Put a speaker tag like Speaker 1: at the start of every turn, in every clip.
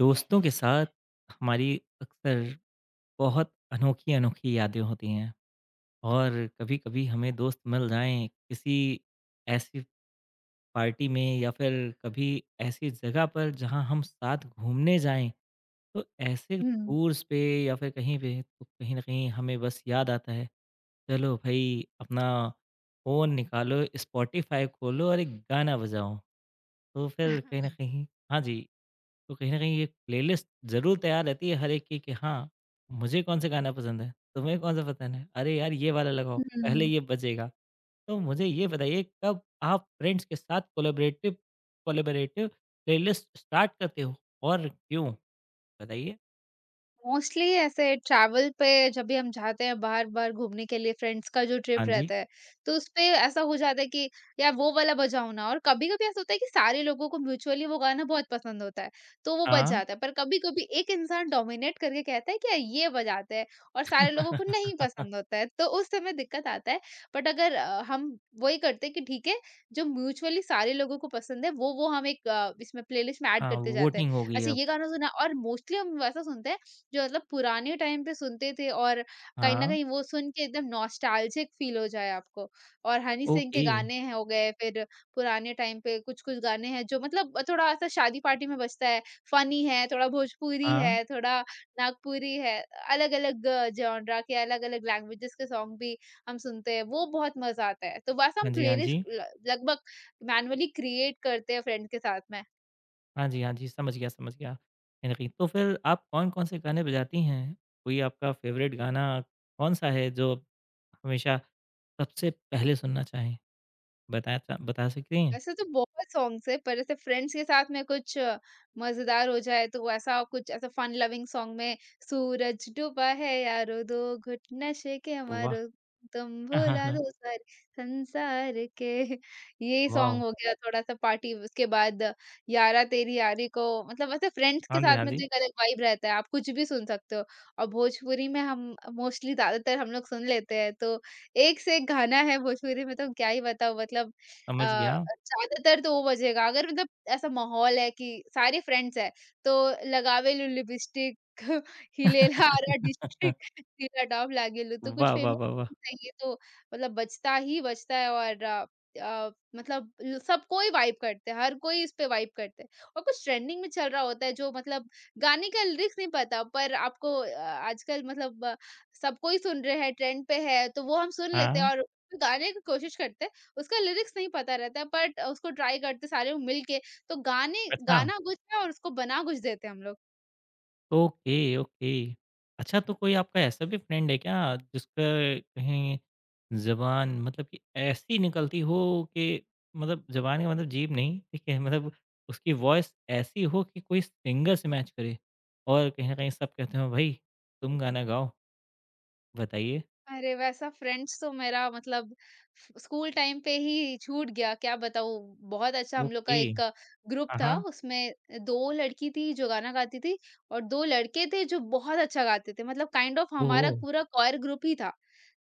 Speaker 1: दोस्तों के साथ हमारी अक्सर बहुत अनोखी अनोखी यादें होती हैं। और कभी-कभी हमें दोस्त मिल जाएँ किसी ऐसी पार्टी में या फिर कभी ऐसी जगह पर जहाँ हम साथ घूमने जाएँ, तो ऐसे
Speaker 2: Ừm.
Speaker 1: टूर्स पे या फिर कहीं पे तो कहीं न कहीं हमें बस याद आता है, चलो भई अपना फ़ोन निकालो, स्पॉटिफ़ाई खोलो और एक गाना बजाओ। तो फिर कहीं न कहीं हाँ जी, तो कहीं न कहीं ये प्लेलिस्ट ज़रूर तैयार रहती है हर एक की कि हाँ, मुझे कौन-सा गाना पसंद है। तुम्हें कौन-सा पसंद है? अरे यार ये वाला लगाओ, पहले
Speaker 2: Ừm.
Speaker 1: ये बजेगा। तो मुझे ये बताइए कब आप फ्रेंड्स के साथ कोलैबोरेटिव कोलैबोरेटिव प्लेलिस्ट स्टार्ट करते हो और क्यों? बताइए।
Speaker 2: मोस्टली ऐसे ट्रैवल पे जब भी हम जाते हैं बाहर-बाहर घूमने के लिए फ्रेंड्स का जो
Speaker 1: हाँ
Speaker 2: ट्रिप
Speaker 1: जी,
Speaker 2: रहता है, तो उसपे ऐसा हो जाता है कि यार वो वाला बजाओ ना। और कभी-कभी ऐसा होता है कि सारे लोगों को म्यूचुअली वो गाना बहुत पसंद होता है, तो वो बज
Speaker 1: हाँ।
Speaker 2: जाता है। पर कभी-कभी एक इंसान डोमिनेट करके कहता है कि यार ये बजाते हैं और सारे लोगों को नहीं पसंद होता है, तो उस समय दिक्कत आता है। बट अगर हम वही करते हैं कि ठीक है, जो म्यूचुअली सारे लोगों को पसंद है, वो हम एक इसमें प्लेलिस्ट में ऐड
Speaker 1: हाँ,
Speaker 2: करते जाते हैं।
Speaker 1: वोटिंग हो गई
Speaker 2: अच्छा,
Speaker 1: अब।
Speaker 2: ये गाना सुना और मोस्टली हम वैसा सुनते हैं जो मतलब पुराने टाइम पे सुनते थे, और कहीं न
Speaker 1: हाँ,
Speaker 2: कहीं वो सुन के एकदम नॉस्टैल्जिक फ़ील हो जाए आपको। और हनी सिंह के
Speaker 1: ओके।
Speaker 2: गाने हैं हो गए, फिर पुराने टाइम पे कुछ-कुछ गाने हैं जो मतलब थोड़ा-सा शादी पार्टी में बजता है, फ़नी है, थोड़ा भोजपुरी है,
Speaker 1: हाँ,
Speaker 2: थोड़ा नागपुरी है, अलग-अलग जॉनरा के अलग-अलग लैंग्वेजेज़ के सॉन्ग भी हम सुनते हैं, वो बहुत मज़ा आता है। तो बस हम
Speaker 1: हाँ जी, हाँ
Speaker 2: प्लेलिस्ट
Speaker 1: जी।
Speaker 2: ल लगभग मैनुअली क्रिएट करते हैं फ्रेंड के साथ में।
Speaker 1: हाँ जी, हाँ जी, समझ गया, समझ गया। कहीं न कहीं तो फिर आप कौन-कौन से गाने बजाती हैं? कोई आपका फ़ेवरेट गाना कौन-सा है जो हमेशा सबसे पहले सुनना चाहें? बता सकती हैं?
Speaker 2: वैसे तो बहुत सॉन्ग्स है पर ऐसे फ्रेंड्स के साथ में कुछ मजेदार हो जाए, तो ऐसा कुछ ऐसा फन लविंग सॉन्ग में सूरज डूबा है यारो, दो घुट नशे के
Speaker 1: वाह!
Speaker 2: मारो, तुम
Speaker 1: हाँ, हाँ,
Speaker 2: भुला
Speaker 1: हाँ।
Speaker 2: दो सारे संसार के। ये
Speaker 1: वाओ!
Speaker 2: सॉन्ग हो गया थोड़ा सा पार्टी। उसके बाद यारा तेरी यारी को, मतलब ऐसे फ्रेंड्स
Speaker 1: हाँ
Speaker 2: के
Speaker 1: जी,
Speaker 2: साथ
Speaker 1: हाँ
Speaker 2: में
Speaker 1: जी,
Speaker 2: तो एक अलग वाइब रहता है, आप कुछ भी सुन सकते हो। और भोजपुरी में हम मोस्टली ज्यादातर हम लोग सुन लेते हैं, तो एक से एक गाना है भोजपुरी में, तो क्या ही बताओ मतलब।
Speaker 1: समझ
Speaker 2: अ,
Speaker 1: गया।
Speaker 2: ज़्यादातर तो वो बजेगा, अगर मतलब ऐसा माहौल है कि सारे फ्रेंड्स हैं, तो लगावे लू लिपस्टिक हिले लारा डिस्ट्रिक्ट तिला डाव लागेलू तो कुछ
Speaker 1: वाह, वाह,
Speaker 2: फेमस
Speaker 1: वाह, वाह!
Speaker 2: चाहिए, तो मतलब बजता ही बजता है और अ, मतलब ल सब कोई वाइब करते हैं, हर कोई इस पे वाइब करते हैं। और कुछ ट्रेंडिंग में चल रहा होता है जो मतलब गाने का लिरिक्स नहीं पता, पर आपको आजकल मतलब सब कोई सुन रहे हैं, ट्रेंड पे है, तो वो हम सुन लेते
Speaker 1: हाँ,
Speaker 2: हैं और गाने की कोशिश करते हैं। उसका लिरिक्स नहीं पता रहता है बट उसको ट्राई करते सारे मिल के, तो गाने
Speaker 1: अच्छा।
Speaker 2: गाना कुछ है और उसको बना कुछ देते हैं हम लोग।
Speaker 1: Okay, okay. अच्छा तो कोई आपका ऐसा भी फ्रेंड है क्या जिसका कहीं ज़बान मतलब कि ऐसी निकलती हो कि मतलब ज़बान का मतलब जीभ नहीं, ठीक है? मतलब उसकी वॉइस ऐसी हो कि कोई सिंगर से मैच करे और कहीं न कहीं सब कहते हो भई तुम गाना गाओ। बताइए?
Speaker 2: अरे! वैसा फ्रेंड्स तो मेरा मतलब फ स्कूल टाइम पे ही छूट गया, क्या बताऊँ? बहुत अच्छा हम लोग का
Speaker 1: ओके।
Speaker 2: एक ग्रुप
Speaker 1: हाँ,
Speaker 2: था,
Speaker 1: हाँ।
Speaker 2: उसमें 2 लड़की थी जो गाना गाती थी और 2 लड़के थे जो बहुत अच्छा गाते थे, मतलब काइंड ऑफ हमारा
Speaker 1: ओह!
Speaker 2: पूरा कोयर ग्रुप ही था।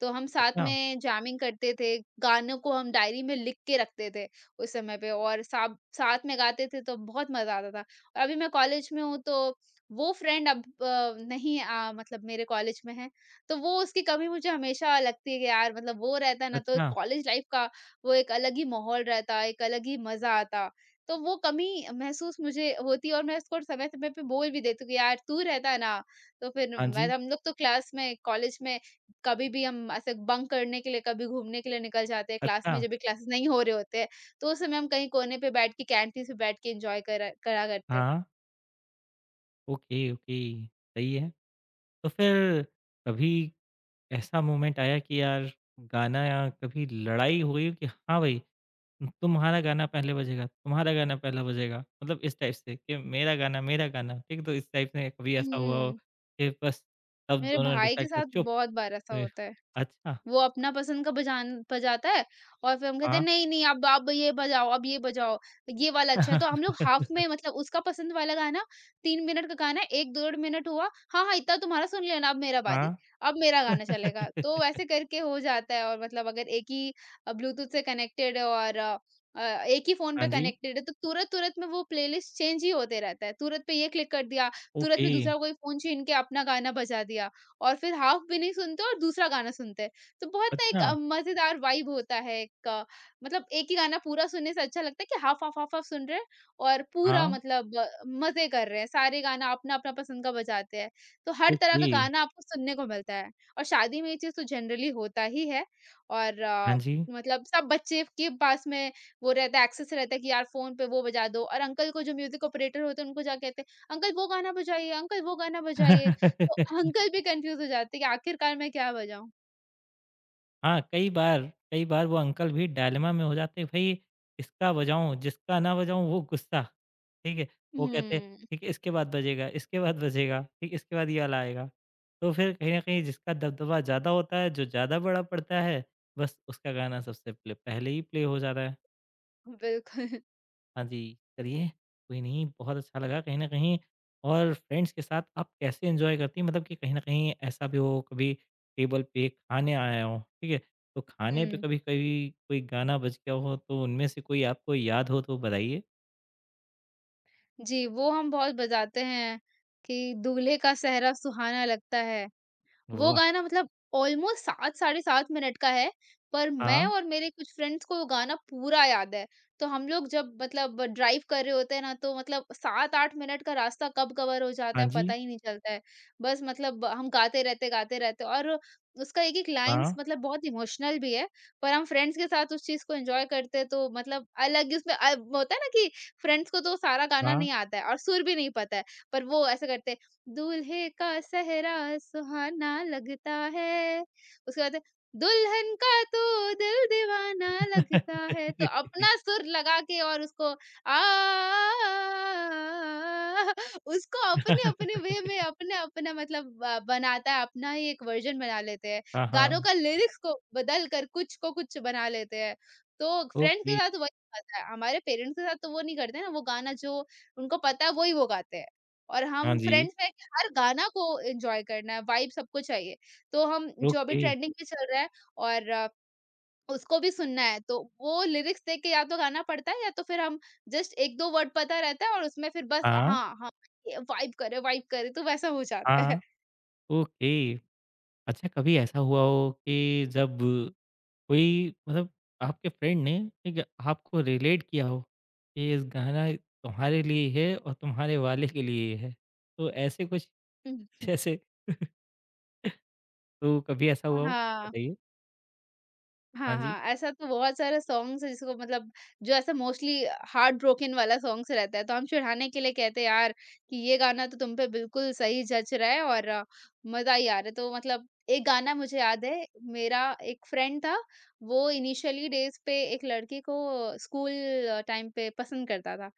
Speaker 2: तो हम साथ
Speaker 1: अच्छा,
Speaker 2: में जैमिंग करते थे, गानों को हम डायरी में लिख के रखते थे उस समय पे, और साब साथ में गाते थे तो बहुत मज़ा आता था। और अभी मैं कॉलेज में हूँ, तो वो फ्रेंड अब नहीं मतलब मेरे कॉलेज में है, तो वो उसकी कमी मुझे हमेशा लगती है कि यार मतलब वो रहता ना तो
Speaker 1: अच्छा।
Speaker 2: कॉलेज लाइफ का वो एक अलग ही माहौल रहता, एक अलग ही मज़ा आता। तो वो कमी महसूस मुझे होती है, और मैं उसको समय-समय पे बोल भी देती हूँ कि यार तू रहता ना, तो फिर
Speaker 1: हाँ
Speaker 2: मैं
Speaker 1: जी।
Speaker 2: हम लोग तो क्लास में कॉलेज में कभी भी हम ऐसे बंक करने के लिए, कभी घूमने के लिए निकल जाते हैं क्लास में
Speaker 1: अच्छा,
Speaker 2: जब भी क्लासेस नहीं हो रहे होते हैं, तो उस समय हम कहीं कोने पे बैठ के कैंटीन पे बैठ के एन्जॉय करा करा करते।
Speaker 1: हाँ। ओके, ओके, सही है। तो फिर कभी ऐसा मोमेंट आया कि यार गाना या कभी लड़ाई हुई हो कि हाँ भई, तुम्हारा गाना पहले बजेगा, तुम्हारा गाना पहला बजेगा। मतलब इस टाइप से कि मेरा गाना, ठीक है? तो इस टाइप से कभी ऐसा हुआ हो
Speaker 2: हुँ,
Speaker 1: कि बस तब
Speaker 2: मेरे
Speaker 1: दोनों
Speaker 2: भाई के
Speaker 1: डिसाइड किया
Speaker 2: साथ
Speaker 1: चुप।
Speaker 2: बहुत बार ऐसा
Speaker 1: ए
Speaker 2: होता है।
Speaker 1: अच्छा,
Speaker 2: वो अपना पसंद का बजान बजाता है और फिर हम कहते हैं
Speaker 1: हाँ।
Speaker 2: नहीं नहीं अब ये बजाओ, अब ये बजाओ, ये वाला अच्छा है, तो हम लोग हाफ में मतलब उसका पसंद वाला गाना 3 मिनट का गाना एक डेढ़ मिनट हुआ, हाँ हाँ इतना तुम्हारा सुन लेना, अब मेरा बारी,
Speaker 1: हाँ।
Speaker 2: अब मेरा गाना चलेगा। तो वैसे करके हो जाता है, और मतलब अगर एक ही ब्लूटूथ से कनेक्टेड है और अ, एक ही फोन
Speaker 1: हाँ
Speaker 2: पे
Speaker 1: जी।
Speaker 2: कनेक्टेड है तो तुरंत तुरंत में वो प्लेलिस्ट चेंज ही होते रहता है, तुरंत पे ये क्लिक कर दिया, तुरंत
Speaker 1: ओके,
Speaker 2: में दूसरा कोई फोन छीन के अपना गाना बजा दिया, और फिर हाफ भी नहीं सुनते और दूसरा गाना सुनते हैं। तो बहुत ना एक
Speaker 1: अच्छा,
Speaker 2: मज़ेदार वाइब होता है, एक मतलब एक ही गाना पूरा सुनने से अच्छा लगता है कि हाफ हाफ हाफ हाफ सुन रहे हैं, और
Speaker 1: हाँ,
Speaker 2: पूरा मतलब मज़े कर रहे हैं, सारे गाना अपना-अपना पसंद का बजाते हैं। तो हर तरह
Speaker 1: ओके।
Speaker 2: का गाना आपको सुनने को मिलता है, और शादी में ये चीज़ तो जनरली होता ही है और
Speaker 1: हाँ जी।
Speaker 2: मतलब सब बच्चे के पास में वो रहता है, एक्सेस रहता है कि यार फ़ोन पे वो बजा दो, और अंकल को जो म्यूज़िक ऑपरेटर होते हैं उनको जाके कहते हैं, "अंकल वो गाना बजाइए, अंकल वो गाना बजाइए।" तो अंकल भी कन्फ्यूज़ हो जाते हैं कि आखिरकार मैं क्या बजाऊँ?
Speaker 1: हाँ, कई बार वो अंकल भी डायलेमा में हो जाते हैं, भई इसका बजाऊँ, जिसका ना बजाऊँ वो गुस्सा, ठीक है? वो कहते हैं,
Speaker 2: हुँ,
Speaker 1: ठीक है इसके बाद बजेगा, ठीक इसके बाद ये वाला आएगा। तो फिर कहीं न कहीं जिसका दबदबा ज़्यादा होता है, जो ज़्यादा बड़ा पड़ता है, बस उसका गाना सबसे प्ले पहले ही प्ले हो जाता है।
Speaker 2: बिल्कुल।
Speaker 1: हाँ जी, चलिए कोई नहीं बहुत अच्छा लगा कहीं न कहीं। और फ्रेंड्स के साथ आप कैसे एन्जॉय करती हैं? मतलब कि कहीं न कहीं ऐसा भी हो कभी टेबल पे खाने आया हो, ठीक है? तो खाने पे
Speaker 2: हुँ।
Speaker 1: कभी कभी कोई गाना बज गया हो तो उनमें से कोई आपको याद हो तो बताइए?
Speaker 2: जी, वो हम बहुत बजाते हैं कि दूल्हे का सेहरा सुहाना लगता है। वो
Speaker 1: वाह!
Speaker 2: गाना मतलब ऑलमोस्ट 7 साढ़े 7 मिनट का है, पर मैं
Speaker 1: हाँ,
Speaker 2: और मेरे कुछ फ्रेंड्स को वो गाना पूरा याद है। तो हम लोग जब मतलब ड्राइव कर रहे होते हैं ना, तो मतलब 7-8 मिनट का रास्ता कब कवर हो जाता
Speaker 1: हाँ
Speaker 2: है पता
Speaker 1: जी,
Speaker 2: ही नहीं चलता है। बस मतलब हम गाते रहते, गाते रहते, और उसका एक-एक लाइन्स
Speaker 1: हाँ,
Speaker 2: मतलब बहुत इमोशनल भी है, पर हम फ्रेंड्स के साथ उस चीज़ को एन्जॉय करते हैं तो मतलब अलग ही उसमें होता है ना कि फ्रेंड्स को तो सारा गाना
Speaker 1: हाँ।
Speaker 2: नहीं आता है और सुर भी नहीं पता है, पर वो ऐसे करते हैं, दूल्हे का सेहरा सुहाना लगता है। उसके बाद है, दुल्हन का तो दिल दीवाना लगता है। तो अपना सुर लगा के और उसको आ उसको अपने-अपने वे में अपना-अपना मतलब बनाता है, अपना ही एक वर्ज़न बना लेते हैं।
Speaker 1: हाँ,
Speaker 2: गानों
Speaker 1: हाँ,
Speaker 2: का लिरिक्स को बदल कर कुछ को कुछ बना लेते हैं। तो फ्रेंड्स के
Speaker 1: ओके,
Speaker 2: साथ वही होता है। हमारे पेरेंट्स के साथ तो वो नहीं करते ना, वो गाना जो उनको पता है, वो ही वो गाते हैं। और
Speaker 1: हाँ
Speaker 2: हम
Speaker 1: जी,
Speaker 2: फ्रेंड्स में हर गाना को एन्जॉय करना है, वाइब सबको चाहिए। तो हम जो अभी
Speaker 1: ओके,
Speaker 2: ट्रेंडिंग में चल रहा है और उसको भी सुनना है, तो वो लिरिक्स देख के या तो गाना पड़ता है या तो फिर हम जस्ट 1-2 वर्ड पता रहता है और उसमें फिर बस
Speaker 1: हाँ,
Speaker 2: हाँ, हाँ, ये वाइब करे, तो वैसा हो जाता
Speaker 1: हाँ,
Speaker 2: है।
Speaker 1: ओके। अच्छा कभी ऐसा हुआ हो कि जब कोई मतलब आपके फ्रेंड ने ठीक है आपको रिलेट किया हो कि इस गाना तुम्हारे लिए है और तुम्हारे वाले के लिए है तो ऐसे कुछ
Speaker 2: हुँ,
Speaker 1: जैसे तो कभी ऐसा हुआ हो
Speaker 2: हाँ।
Speaker 1: बताइए। हाँ
Speaker 2: हाँ,
Speaker 1: जी,
Speaker 2: हाँ, ऐसा तो बहुत सारा सॉन्ग्स है जिसको मतलब जो ऐसा मोस्टली हार्ट ब्रोकन वाला सॉन्ग्स रहता है, तो हम चिढ़ाने के लिए कहते हैं यार कि ये गाना तो तुम पे बिल्कुल सही जच रहा है और मज़ा ही आ रहा है। तो मतलब एक गाना मुझे याद है, मेरा एक फ्रेंड था, वो इनिशियली डेज़ पे एक लड़की को स्कूल टाइम पे पसंद करता था।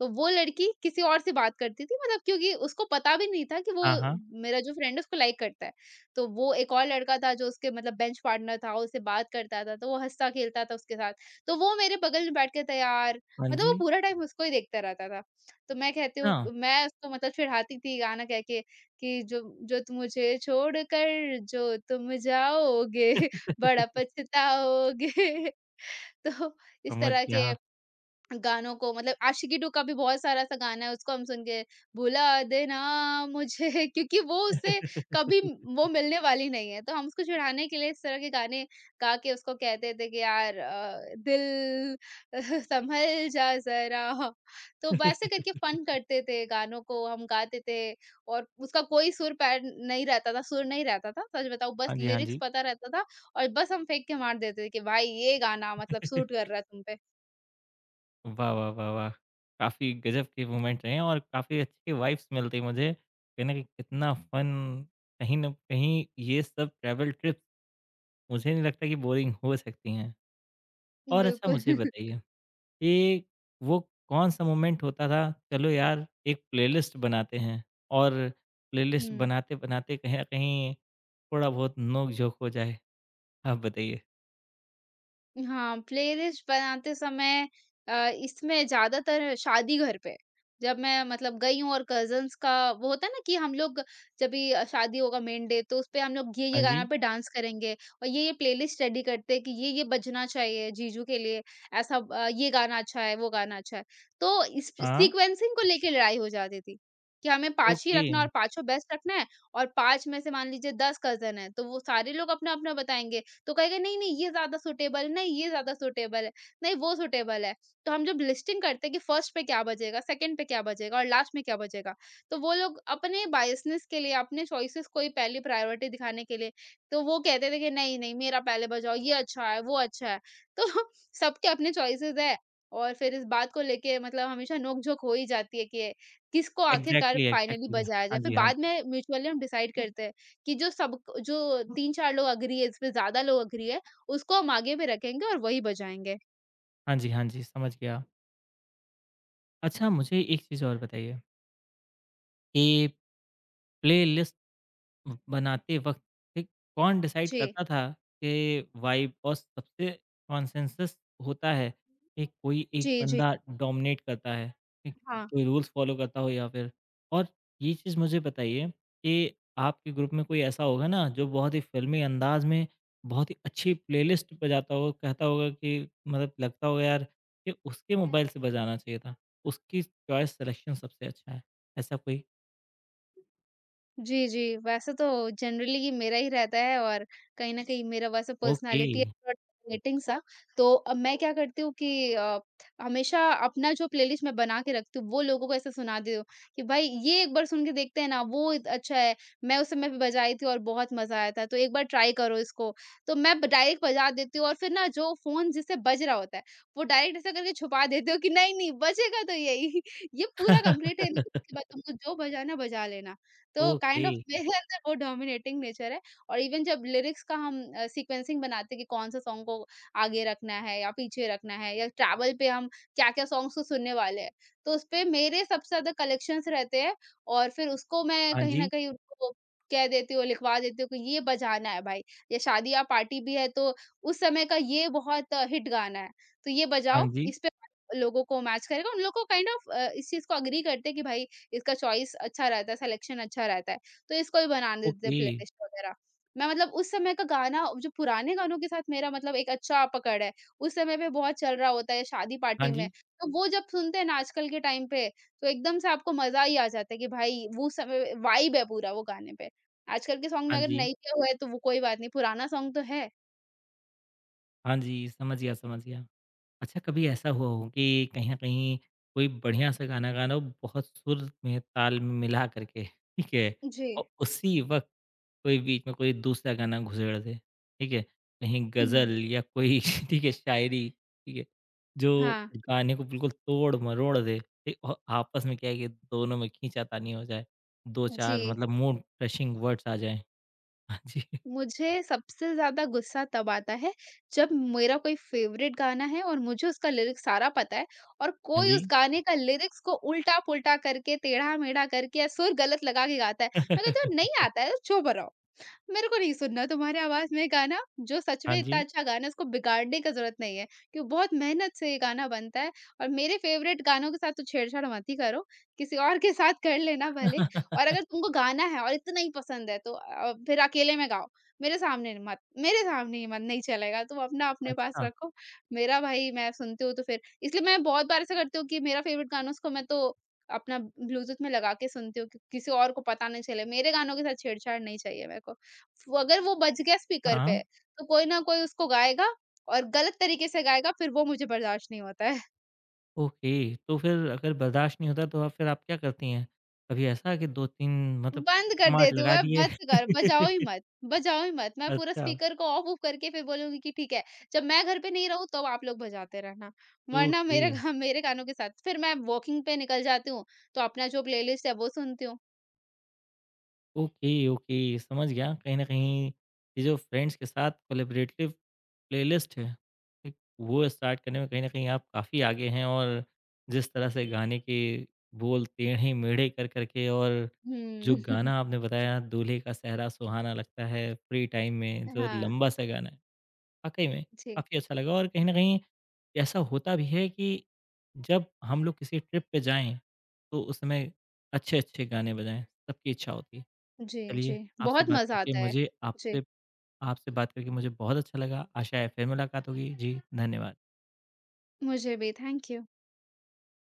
Speaker 2: तो वो लड़की किसी और से बात करती थी मतलब क्योंकि उसको पता भी नहीं था कि वो
Speaker 1: हाँ, हाँ।
Speaker 2: मेरा जो फ्रेंड है उसको लाइक करता है। तो वो एक और लड़का था जो उसके मतलब बेंच पार्टनर था, उससे बात करता था, तो वो हँसता-खेलता था उसके साथ। तो वो मेरे बगल में बैठ के था यार,
Speaker 1: हाँ
Speaker 2: मतलब
Speaker 1: जी
Speaker 2: वो पूरा टाइम उसको ही देखता रहता था। तो मैं कहती हूँ
Speaker 1: हाँ।
Speaker 2: मैं उसको मतलब चिढ़ाती थी गाना कह के कि जो जो तुम मुझे छोड़कर जो तुम जाओगे बड़ा पछताओगे। तो इस
Speaker 1: समझ
Speaker 2: तरह
Speaker 1: गया
Speaker 2: के
Speaker 1: हाँ।
Speaker 2: गानों को मतलब आशिकी टू का भी बहुत सारा ऐसा गाना है, उसको हम सुन के भुला देना मुझे क्योंकि वो उससे कभी वो मिलने वाली नहीं है, तो हम उसको चिढ़ाने के लिए इस तरह के गाने गा के उसको कहते थे कि यार दिल संभल जा जरा, तो वैसे करके फन करते थे, गानों को हम गाते थे और उसका कोई सुर पैर नहीं रहता था, सुर नहीं रहता था, सच बताऊं बस
Speaker 1: हाँ जी, हाँ
Speaker 2: लिरिक्स
Speaker 1: जी।
Speaker 2: पता रहता था। और बस हम फेंक के मार देते थे कि भाई ये गाना मतलब सूट कर रहा है तुम पे।
Speaker 1: वाह, वाह, वाह, वाह! काफ़ी गज़ब के मोमेंट रहे हैं और काफ़ी अच्छी वाइब्स मिलती है मुझे। कहीं न कहीं कितना फन। कहीं न कहीं ये सब ट्रैवल ट्रिप्स मुझे नहीं लगता कि बोरिंग हो सकती हैं। और अच्छा
Speaker 2: बिल्कुल।
Speaker 1: मुझे बताइए कि वो कौन-सा मोमेंट होता था चलो यार एक प्लेलिस्ट बनाते हैं और प्लेलिस्ट
Speaker 2: हुँ।
Speaker 1: बनाते-बनाते कहीं न कहीं थोड़ा बहुत नोक-झोंक हो जाए? आप बताइए।
Speaker 2: हाँ, प्लेलिस्ट बनाते समय अ, इसमें ज़्यादातर शादी घर पे, जब मैं मतलब गई हूँ, और कज़िन्स का वो होता है ना कि हम लोग जब भी शादी होगा मेन डे तो उसपे हम लोग
Speaker 1: हाँ
Speaker 2: ये-ये गाना
Speaker 1: जी,
Speaker 2: पे डांस करेंगे, और ये-ये प्लेलिस्ट रेडी करते हैं कि ये-ये बजना चाहिए जीजू के लिए, ऐसा ये गाना अच्छा है, वो गाना अच्छा है। तो इस
Speaker 1: हाँ,
Speaker 2: सीक्वेंसिंग को लेके लड़ाई हो जाती थी, कि हमें 5 ही
Speaker 1: ओके।
Speaker 2: रखना है और पाँचों बेस्ट रखना है, और 5 में से मान लीजिए 10 कज़िन हैं, तो वो सारे लोग अपना-अपना बताएँगे, तो कहेगा नहीं नहीं ये ज्यादा सूटेबल नहीं, ये ज्यादा सूटेबल है। नहीं, वो सूटेबल है। तो हम जब लिस्टिंग करते हैं कि फर्स्ट पे क्या बजेगा, सेकंड पे क्या बजेगा और लास्ट में क्या बजेगा, तो वो लोग अपने बायसनेस के लिए अपने चॉइसेस को ही पहली प्रायोरिटी दिखाने के लिए, तो वो कहते थे कि नहीं नहीं, मेरा पहले बजाओ, ये अच्छा है, वो अच्छा है। तो सबके अपने चॉइसेस है। और फिर इस बात को लेके मतलब हमेशा नोक झोंक हो ही जाती है कि किसको आखिरकार
Speaker 1: एग्ज़ैक्टली,
Speaker 2: फाइनली
Speaker 1: एग्ज़ैक्टली।
Speaker 2: बजाया
Speaker 1: हाँ
Speaker 2: जाए। फिर
Speaker 1: जी, हाँ
Speaker 2: बाद
Speaker 1: जी।
Speaker 2: में म्यूचुअली हम डिसाइड करते हैं कि जो 3-4 लोग एग्री है, इसमें ज़्यादा लोग एग्री है, उसको हम आगे में रखेंगे और वही बजाएँगे।
Speaker 1: हाँ जी, हाँ जी, समझ गया। अच्छा मुझे एक चीज़ और बताइए कि प्लेलिस्ट बनाते वक़्त ठीक कौन डिसाइड
Speaker 2: जी।
Speaker 1: करता था कि वाइब और सबसे कॉन्सेंसस होता है कि कोई एक
Speaker 2: जी, जी।
Speaker 1: बंदा डोमिनेट करता है, ठीक?
Speaker 2: हाँ,
Speaker 1: कोई रूल्स फ़ॉलो करता हो या फिर और ये चीज़ मुझे बताइए कि आपके ग्रुप में कोई ऐसा होगा ना जो बहुत ही फ़िल्मी अंदाज़ में बहुत ही अच्छी प्लेलिस्ट बजाता हो, कहता होगा कि मतलब लगता होगा यार कि उसके मोबाइल से बजाना चाहिए था, उसकी चॉइस सिलेक्शन सबसे अच्छा है, ऐसा कोई?
Speaker 2: जी, जी। वैसे तो जनरली ये मेरा ही रहता है और कहीं न कहीं मेरा वैसे
Speaker 1: ओके।
Speaker 2: पर्सनैलिटी मीटिंग सा। तो अब मैं क्या करती हूँ कि हमेशा अपना जो प्लेलिस्ट मैं बना के रखती हूँ, वो लोगों को ऐसे सुना देती हूँ कि भाई, ये एक बार सुन के देखते हैं ना, वो इत अच्छा है। मैं उस समय पे बजाई थी और बहुत मज़ा आया था, तो एक बार ट्राई करो इसको। तो मैं ब डायरेक्ट बजा देती हूँ और फिर ना जो फ़ोन जिससे बज रहा होता है, वो डायरेक्ट ऐसा करके छुपा देती हूँ कि नहीं, नहीं बजेगा तो यही। ये पूरा कंप्लीट है, इसके बाद तुमको जो बजाना है बजा लेना। तो
Speaker 1: ओके,
Speaker 2: काइंड ऑफ मेरे अंदर वो डोमिनेटिंग नेचर है। और इवन जब लिरिक्स का हम सीक्वेंसिंग बनाते हैं कि कौन सा सॉन्ग को आगे रखना है या पीछे रखना है, या ट्रैवल पे हम क्या-क्या सॉन्ग्स को सुनने वाले हैं, तो उसपे मेरे सबसे ज़्यादा कलेक्शंस रहते हैं। और फिर उसको मैं
Speaker 1: हाँ
Speaker 2: कहीं न
Speaker 1: जी,
Speaker 2: कहीं उनको कह देती हूँ, लिखवा देती हूँ कि ये बजाना है भाई, ये शादी या पार्टी भी है तो उस समय का ये बहुत हिट गाना है, तो ये
Speaker 1: हाँ
Speaker 2: बजाओ,
Speaker 1: जी,
Speaker 2: इस पे लोगों को मैच करेगा। उन लोग को काइंड ऑफ इस चीज़ को एग्री करते हैं कि भाई, इसका चॉइस अच्छा रहता है, सिलेक्शन अच्छा रहता है, तो इसको भी बना देते हैं
Speaker 1: ओके,
Speaker 2: प्लेलिस्ट वगैरह। मैं मतलब उस समय का गाना, जो पुराने गानों के साथ मेरा मतलब एक अच्छा पकड़ है, उस समय पे बहुत चल रहा होता है शादी
Speaker 1: हाँ
Speaker 2: पार्टी में,
Speaker 1: जी,
Speaker 2: तो वो जब सुनते हैं ना आजकल के टाइम पे, तो एकदम से आपको मज़ा ही आ जाता है कि भाई, वो समय वाइब है पूरा वो गाने पे। आजकल के सॉन्ग
Speaker 1: हाँ
Speaker 2: में अगर
Speaker 1: जी,
Speaker 2: नहीं किया हुआ है तो वो कोई बात नहीं, पुराना सॉन्ग तो है।
Speaker 1: हाँ जी, समझ गया, समझ गया। अच्छा कभी ऐसा हुआ हो कि कहीं न कहीं कोई बढ़िया सा गाना गाना हो बहुत सुर में ताल में मिला करके, ठीक है?
Speaker 2: जी।
Speaker 1: और उसी वक़्त कोई बीच में कोई दूसरा गाना घुसेड़ दे, ठीक है? कहीं
Speaker 2: हुँ,
Speaker 1: गज़ल या कोई ठीक है शायरी, ठीक है? जो
Speaker 2: हाँ,
Speaker 1: गाने को बिल्कुल तोड़-मरोड़ दे, ठीक? और आपस में क्या है कि दोनों में खींचातानी हो जाए।
Speaker 2: जी।
Speaker 1: 2-4 मतलब मूड फ्रेशिंग वर्ड्स आ जाएँ। हाँ जी,
Speaker 2: मुझे सबसे ज़्यादा गुस्सा तब आता है, जब मेरा कोई फ़ेवरेट गाना है और मुझे उसका लिरिक्स सारा पता है, और
Speaker 1: हाँ
Speaker 2: कोई उस
Speaker 1: जी।
Speaker 2: गाने का लिरिक्स को उल्टा-पुल्टा करके, टेढ़ा-मेढ़ा करके या सुर गलत लगा के गाता है। मैं कहती हूँ, नहीं आता है तो चुप रहो। मेरे को नहीं सुनना तुम्हारे आवाज़ में गाना, जो सच
Speaker 1: हाँ
Speaker 2: में इतना
Speaker 1: जी।
Speaker 2: अच्छा गाना है उसको बिगाड़ने का ज़रूरत नहीं है, क्यों बहुत मेहनत से ये गाना बनता है। और मेरे फ़ेवरेट गानों के साथ तो छेड़छाड़ मत ही करो, किसी और के साथ कर लेना भले। और अगर तुमको गाना है और इतना ही पसंद है तो फिर अकेले में गाओ, मेरे सामने ही मत, नहीं चलेगा, तुम अपना अपने पास
Speaker 1: अच्छा,
Speaker 2: रखो। मेरा भाई मैं सुनती हूँ तो फिर इसलिए मैं बहुत बार ऐसा करती हूँ कि मेरा फ़ेवरेट गाना उसको मैं तो अपना ब्लूटूथ में लगा के सुनती हूँ कि किसी और को पता नहीं चले, मेरे गानों के साथ छेड़छाड़ नहीं चाहिए मेरे को। वो अगर वो बज गया स्पीकर
Speaker 1: हाँ।
Speaker 2: पे, तो कोई ना कोई उसको गाएगा और गलत तरीके से गाएगा, फिर वो मुझे बर्दाश्त नहीं होता है।
Speaker 1: ओके, तो फिर अगर बर्दाश्त नहीं होता तो आप फिर आप क्या करती हैं? कभी ऐसा कि 2-3 मतलब
Speaker 2: बंद कर
Speaker 1: चमाट
Speaker 2: देती हूँ
Speaker 1: लगा
Speaker 2: मैं,
Speaker 1: दिए?
Speaker 2: बंद कर, बजाओ ही मत, बजाओ ही मत। मैं पूरा
Speaker 1: अच्छा,
Speaker 2: स्पीकर को ऑफ ऑफ करके फिर बोलूँगी कि ठीक है, जब मैं घर पे नहीं रहूँ तब आप लोग बजाते रहना, वरना
Speaker 1: ओके,
Speaker 2: मेरे घ मेरे कानों के साथ। फिर मैं वॉकिंग पे निकल जाती हूँ, तो अपना जो प्लेलिस्ट है वो सुनती हूँ।
Speaker 1: ओके, ओके, समझ गया। कहीं न कहीं ये जो फ्रेंड्स के साथ कोलैबोरेटिव प्लेलिस्ट है, एक वो स्टार्ट करने में कहीं न कहीं आप काफ़ी आगे हैं और जिस तरह से गाने के बोल टेढ़े-मेढ़े कर के और जो
Speaker 2: हुँ।
Speaker 1: गाना आपने बताया दूल्हे का सेहरा सुहाना लगता है फ्री टाइम में, जो
Speaker 2: हाँ,
Speaker 1: लंबा-सा गाना है। वाक़ई में
Speaker 2: जी।
Speaker 1: काफ़ी अच्छा लगा और कहीं न कहीं ऐसा होता भी है कि जब हम लोग किसी ट्रिप पे जाएँ, तो उस समय अच्छे-अच्छे गाने बजाएँ, सबकी इच्छा होती है।
Speaker 2: जी, जी।
Speaker 1: चलिए, आपसे
Speaker 2: बहुत
Speaker 1: बात
Speaker 2: मज़ा
Speaker 1: करके
Speaker 2: आता है।
Speaker 1: मुझे
Speaker 2: जी,
Speaker 1: आपसे आपसे बात करके मुझे बहुत अच्छा लगा। आशा है फिर मुलाकात होगी। जी, धन्यवाद।
Speaker 2: मुझे भी थैंक यू।